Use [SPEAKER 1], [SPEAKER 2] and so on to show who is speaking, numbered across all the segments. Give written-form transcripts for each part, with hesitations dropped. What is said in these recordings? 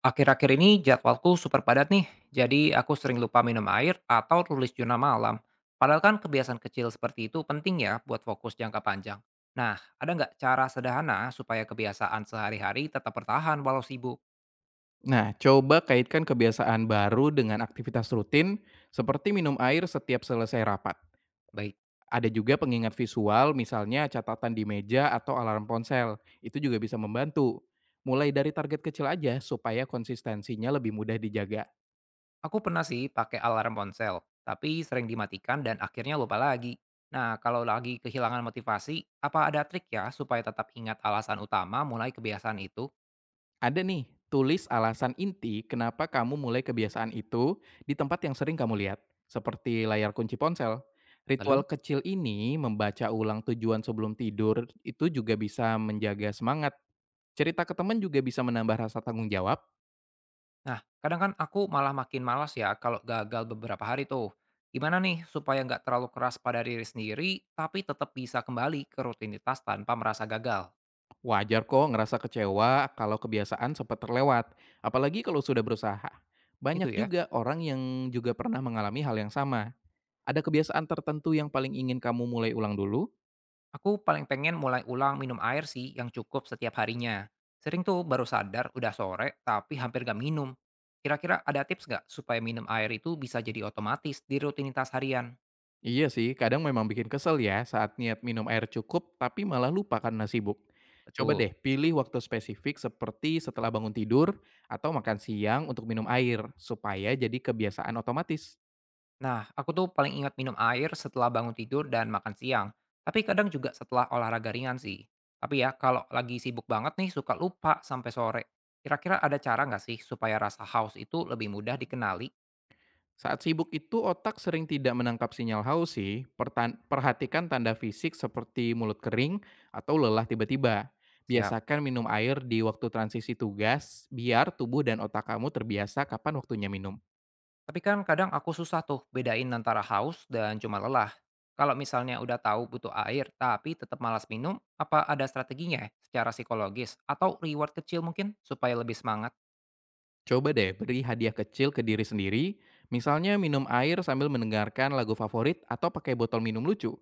[SPEAKER 1] Akhir-akhir ini jadwalku super padat nih, jadi aku sering lupa minum air atau tulis jurnal malam. Padahal kan kebiasaan kecil seperti itu penting ya buat fokus jangka panjang. Nah, ada nggak cara sederhana supaya kebiasaan sehari-hari tetap bertahan walau sibuk?
[SPEAKER 2] Nah, coba kaitkan kebiasaan baru dengan aktivitas rutin seperti minum air setiap selesai rapat.
[SPEAKER 1] Baik,
[SPEAKER 2] Ada juga pengingat visual, misalnya catatan di meja atau alarm ponsel. Itu juga bisa membantu. Mulai dari target kecil aja supaya konsistensinya lebih mudah dijaga.
[SPEAKER 1] aku pernah sih pakai alarm ponsel, tapi sering dimatikan dan akhirnya lupa lagi. Nah, kalau lagi kehilangan motivasi, apa ada trik ya supaya tetap ingat alasan utama mulai kebiasaan itu?
[SPEAKER 2] Ada nih, tulis alasan inti kenapa kamu mulai kebiasaan itu di tempat yang sering kamu lihat, seperti layar kunci ponsel. Ritual
[SPEAKER 1] Lalu?
[SPEAKER 2] kecil ini membaca ulang tujuan sebelum tidur itu juga bisa menjaga semangat. Cerita ke teman juga bisa menambah rasa tanggung jawab.
[SPEAKER 1] Nah, kadang kan aku malah makin malas ya kalau gagal beberapa hari tuh. Gimana nih supaya nggak terlalu keras pada diri sendiri, tapi tetap bisa kembali ke rutinitas tanpa merasa gagal?
[SPEAKER 2] Wajar kok ngerasa kecewa kalau kebiasaan sempat terlewat, apalagi kalau sudah berusaha.
[SPEAKER 1] Gitu
[SPEAKER 2] Banyak
[SPEAKER 1] ya.
[SPEAKER 2] juga orang yang juga pernah mengalami hal yang sama. Ada kebiasaan tertentu yang paling ingin kamu mulai ulang dulu?
[SPEAKER 1] Aku paling pengen mulai ulang minum air sih yang cukup setiap harinya. Sering tuh baru sadar udah sore, tapi hampir nggak minum. Kira-kira ada tips nggak supaya minum air itu bisa jadi otomatis di rutinitas harian?
[SPEAKER 2] Iya sih, kadang memang bikin kesel ya saat niat minum air cukup, tapi malah lupa karena sibuk. Coba
[SPEAKER 1] Betul.
[SPEAKER 2] deh pilih waktu spesifik seperti setelah bangun tidur atau makan siang untuk minum air, supaya jadi kebiasaan otomatis.
[SPEAKER 1] Nah, aku tuh paling ingat minum air setelah bangun tidur dan makan siang. Tapi kadang juga setelah olahraga ringan sih. Tapi ya, kalau lagi sibuk banget nih, suka lupa sampai sore. Kira-kira ada cara nggak sih supaya rasa haus itu lebih mudah dikenali?
[SPEAKER 2] Saat sibuk itu otak sering tidak menangkap sinyal haus sih, perhatikan tanda fisik seperti mulut kering atau lelah tiba-tiba.
[SPEAKER 1] Siap.
[SPEAKER 2] Biasakan minum air di waktu transisi tugas, biar tubuh dan otak kamu terbiasa kapan waktunya minum.
[SPEAKER 1] Tapi kan kadang aku susah tuh bedain antara haus dan cuma lelah. Kalau misalnya udah tahu butuh air tapi tetap malas minum, apa ada strateginya ya secara psikologis atau reward kecil mungkin supaya lebih semangat?
[SPEAKER 2] Coba deh beri hadiah kecil ke diri sendiri, misalnya minum air sambil mendengarkan lagu favorit atau pakai botol minum lucu.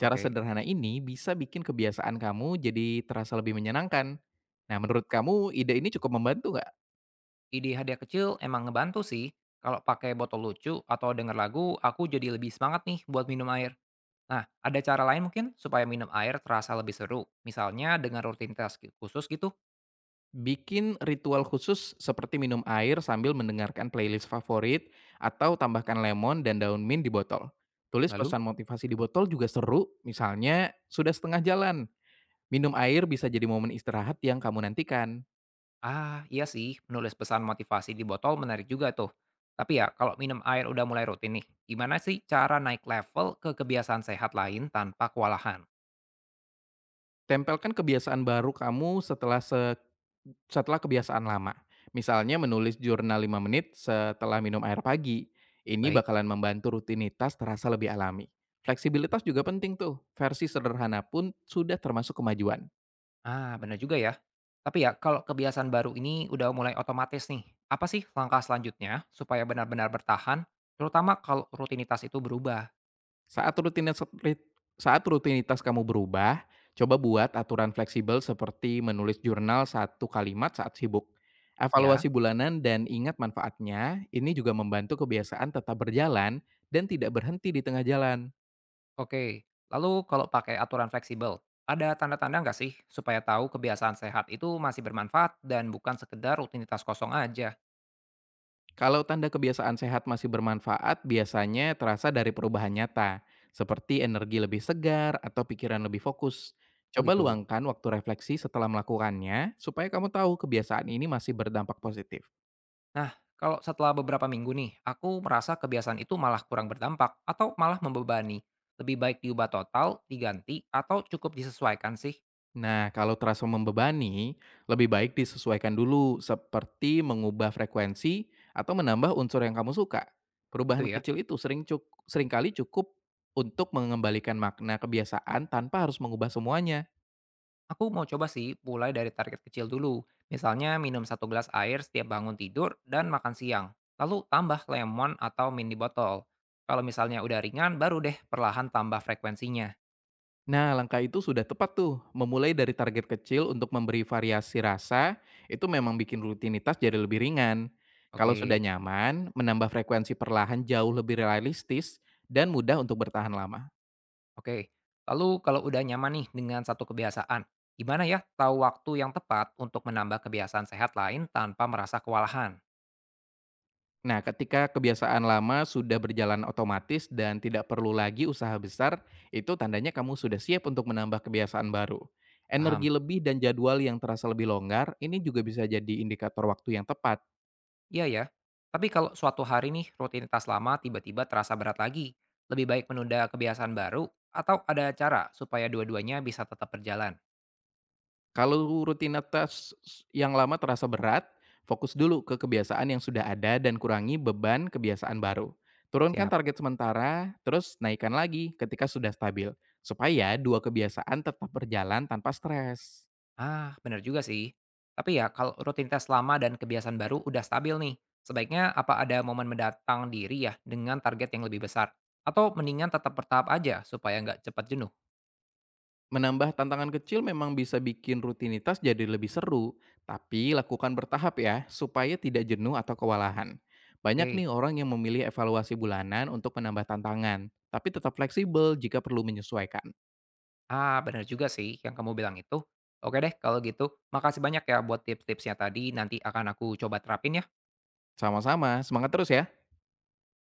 [SPEAKER 2] Cara sederhana ini bisa bikin kebiasaan kamu jadi terasa lebih menyenangkan. Nah, menurut kamu ide ini cukup membantu nggak?
[SPEAKER 1] Ide hadiah kecil emang ngebantu sih. Kalau pakai botol lucu atau denger lagu, aku jadi lebih semangat nih buat minum air. Nah, ada cara lain mungkin supaya minum air terasa lebih seru. Misalnya dengan rutinitas khusus gitu.
[SPEAKER 2] Bikin ritual khusus seperti minum air sambil mendengarkan playlist favorit atau tambahkan lemon dan daun mint di botol. Tulis
[SPEAKER 1] Lalu,
[SPEAKER 2] pesan motivasi di botol juga seru, misalnya sudah setengah jalan. Minum air bisa jadi momen istirahat yang kamu nantikan.
[SPEAKER 1] ah iya sih, menulis pesan motivasi di botol menarik juga tuh. Tapi ya, kalau minum air udah mulai rutin nih, gimana sih cara naik level ke kebiasaan sehat lain tanpa kewalahan?
[SPEAKER 2] Tempelkan kebiasaan baru kamu setelah kebiasaan lama. Misalnya menulis jurnal 5 menit setelah minum air pagi. Ini
[SPEAKER 1] Baik.
[SPEAKER 2] bakalan membantu rutinitas terasa lebih alami. Fleksibilitas juga penting tuh, versi sederhana pun sudah termasuk kemajuan.
[SPEAKER 1] Ah, benar juga ya. Tapi ya, kalau kebiasaan baru ini udah mulai otomatis nih, apa sih langkah selanjutnya supaya benar-benar bertahan, terutama kalau rutinitas itu berubah,
[SPEAKER 2] Saat rutinitas saat rutinitas kamu berubah, coba buat aturan fleksibel seperti menulis jurnal satu kalimat saat sibuk,
[SPEAKER 1] ya?
[SPEAKER 2] evaluasi bulanan dan ingat manfaatnya, ini juga membantu kebiasaan tetap berjalan dan tidak berhenti di tengah jalan.
[SPEAKER 1] Oke, lalu kalau pakai aturan fleksibel, ada tanda-tanda nggak sih supaya tahu kebiasaan sehat itu masih bermanfaat dan bukan sekedar rutinitas kosong aja?
[SPEAKER 2] Kalau tanda kebiasaan sehat masih bermanfaat, biasanya terasa dari perubahan nyata, seperti energi lebih segar atau pikiran lebih fokus.
[SPEAKER 1] Oh
[SPEAKER 2] Coba
[SPEAKER 1] gitu.
[SPEAKER 2] luangkan waktu refleksi setelah melakukannya, supaya kamu tahu kebiasaan ini masih berdampak positif.
[SPEAKER 1] Nah, kalau setelah beberapa minggu nih, aku merasa kebiasaan itu malah kurang berdampak atau malah membebani. Lebih baik diubah total, diganti, atau cukup disesuaikan sih?
[SPEAKER 2] Nah, kalau terasa membebani, lebih baik disesuaikan dulu seperti mengubah frekuensi atau menambah unsur yang kamu suka.
[SPEAKER 1] Gitu
[SPEAKER 2] Perubahan
[SPEAKER 1] ya.
[SPEAKER 2] kecil itu seringkali cukup untuk mengembalikan makna kebiasaan tanpa harus mengubah semuanya.
[SPEAKER 1] Aku mau coba sih mulai dari target kecil dulu. Misalnya minum satu gelas air setiap bangun tidur dan makan siang. Lalu tambah lemon atau mini botol. Kalau misalnya udah ringan, baru deh perlahan tambah frekuensinya.
[SPEAKER 2] Nah, langkah itu sudah tepat tuh. Memulai dari target kecil untuk memberi variasi rasa, itu memang bikin rutinitas jadi lebih ringan. Kalau sudah
[SPEAKER 1] Oke,
[SPEAKER 2] nyaman, menambah frekuensi perlahan jauh lebih realistis dan mudah untuk bertahan lama.
[SPEAKER 1] oke. Lalu kalau udah nyaman nih dengan satu kebiasaan, gimana ya tahu waktu yang tepat untuk menambah kebiasaan sehat lain tanpa merasa kewalahan?
[SPEAKER 2] Nah, ketika kebiasaan lama sudah berjalan otomatis dan tidak perlu lagi usaha besar, itu tandanya kamu sudah siap untuk menambah kebiasaan baru. Energi
[SPEAKER 1] Paham?
[SPEAKER 2] lebih dan jadwal yang terasa lebih longgar, ini juga bisa jadi indikator waktu yang tepat.
[SPEAKER 1] Iya ya. Tapi kalau suatu hari nih rutinitas lama tiba-tiba terasa berat lagi, lebih baik menunda kebiasaan baru atau ada cara supaya dua-duanya bisa tetap berjalan?
[SPEAKER 2] Kalau rutinitas yang lama terasa berat, fokus dulu ke kebiasaan yang sudah ada dan kurangi beban kebiasaan baru. Turunkan
[SPEAKER 1] Siap.
[SPEAKER 2] target sementara, terus naikkan lagi ketika sudah stabil, supaya dua kebiasaan tetap berjalan tanpa stres.
[SPEAKER 1] Ah, benar juga sih. Tapi ya kalau rutinitas lama dan kebiasaan baru udah stabil nih, sebaiknya apa ada momen mendatang diri ya dengan target yang lebih besar? Atau mendingan tetap bertahap aja supaya nggak cepat jenuh?
[SPEAKER 2] Menambah tantangan kecil memang bisa bikin rutinitas jadi lebih seru, tapi lakukan bertahap ya, supaya tidak jenuh atau kewalahan. Banyak
[SPEAKER 1] Oke.
[SPEAKER 2] nih orang yang memilih evaluasi bulanan untuk menambah tantangan, tapi tetap fleksibel jika perlu menyesuaikan.
[SPEAKER 1] Ah, benar juga sih yang kamu bilang itu. Oke deh, kalau gitu. Makasih banyak ya buat tips-tipsnya tadi. Nanti akan aku coba terapin ya.
[SPEAKER 2] Sama-sama, semangat terus ya!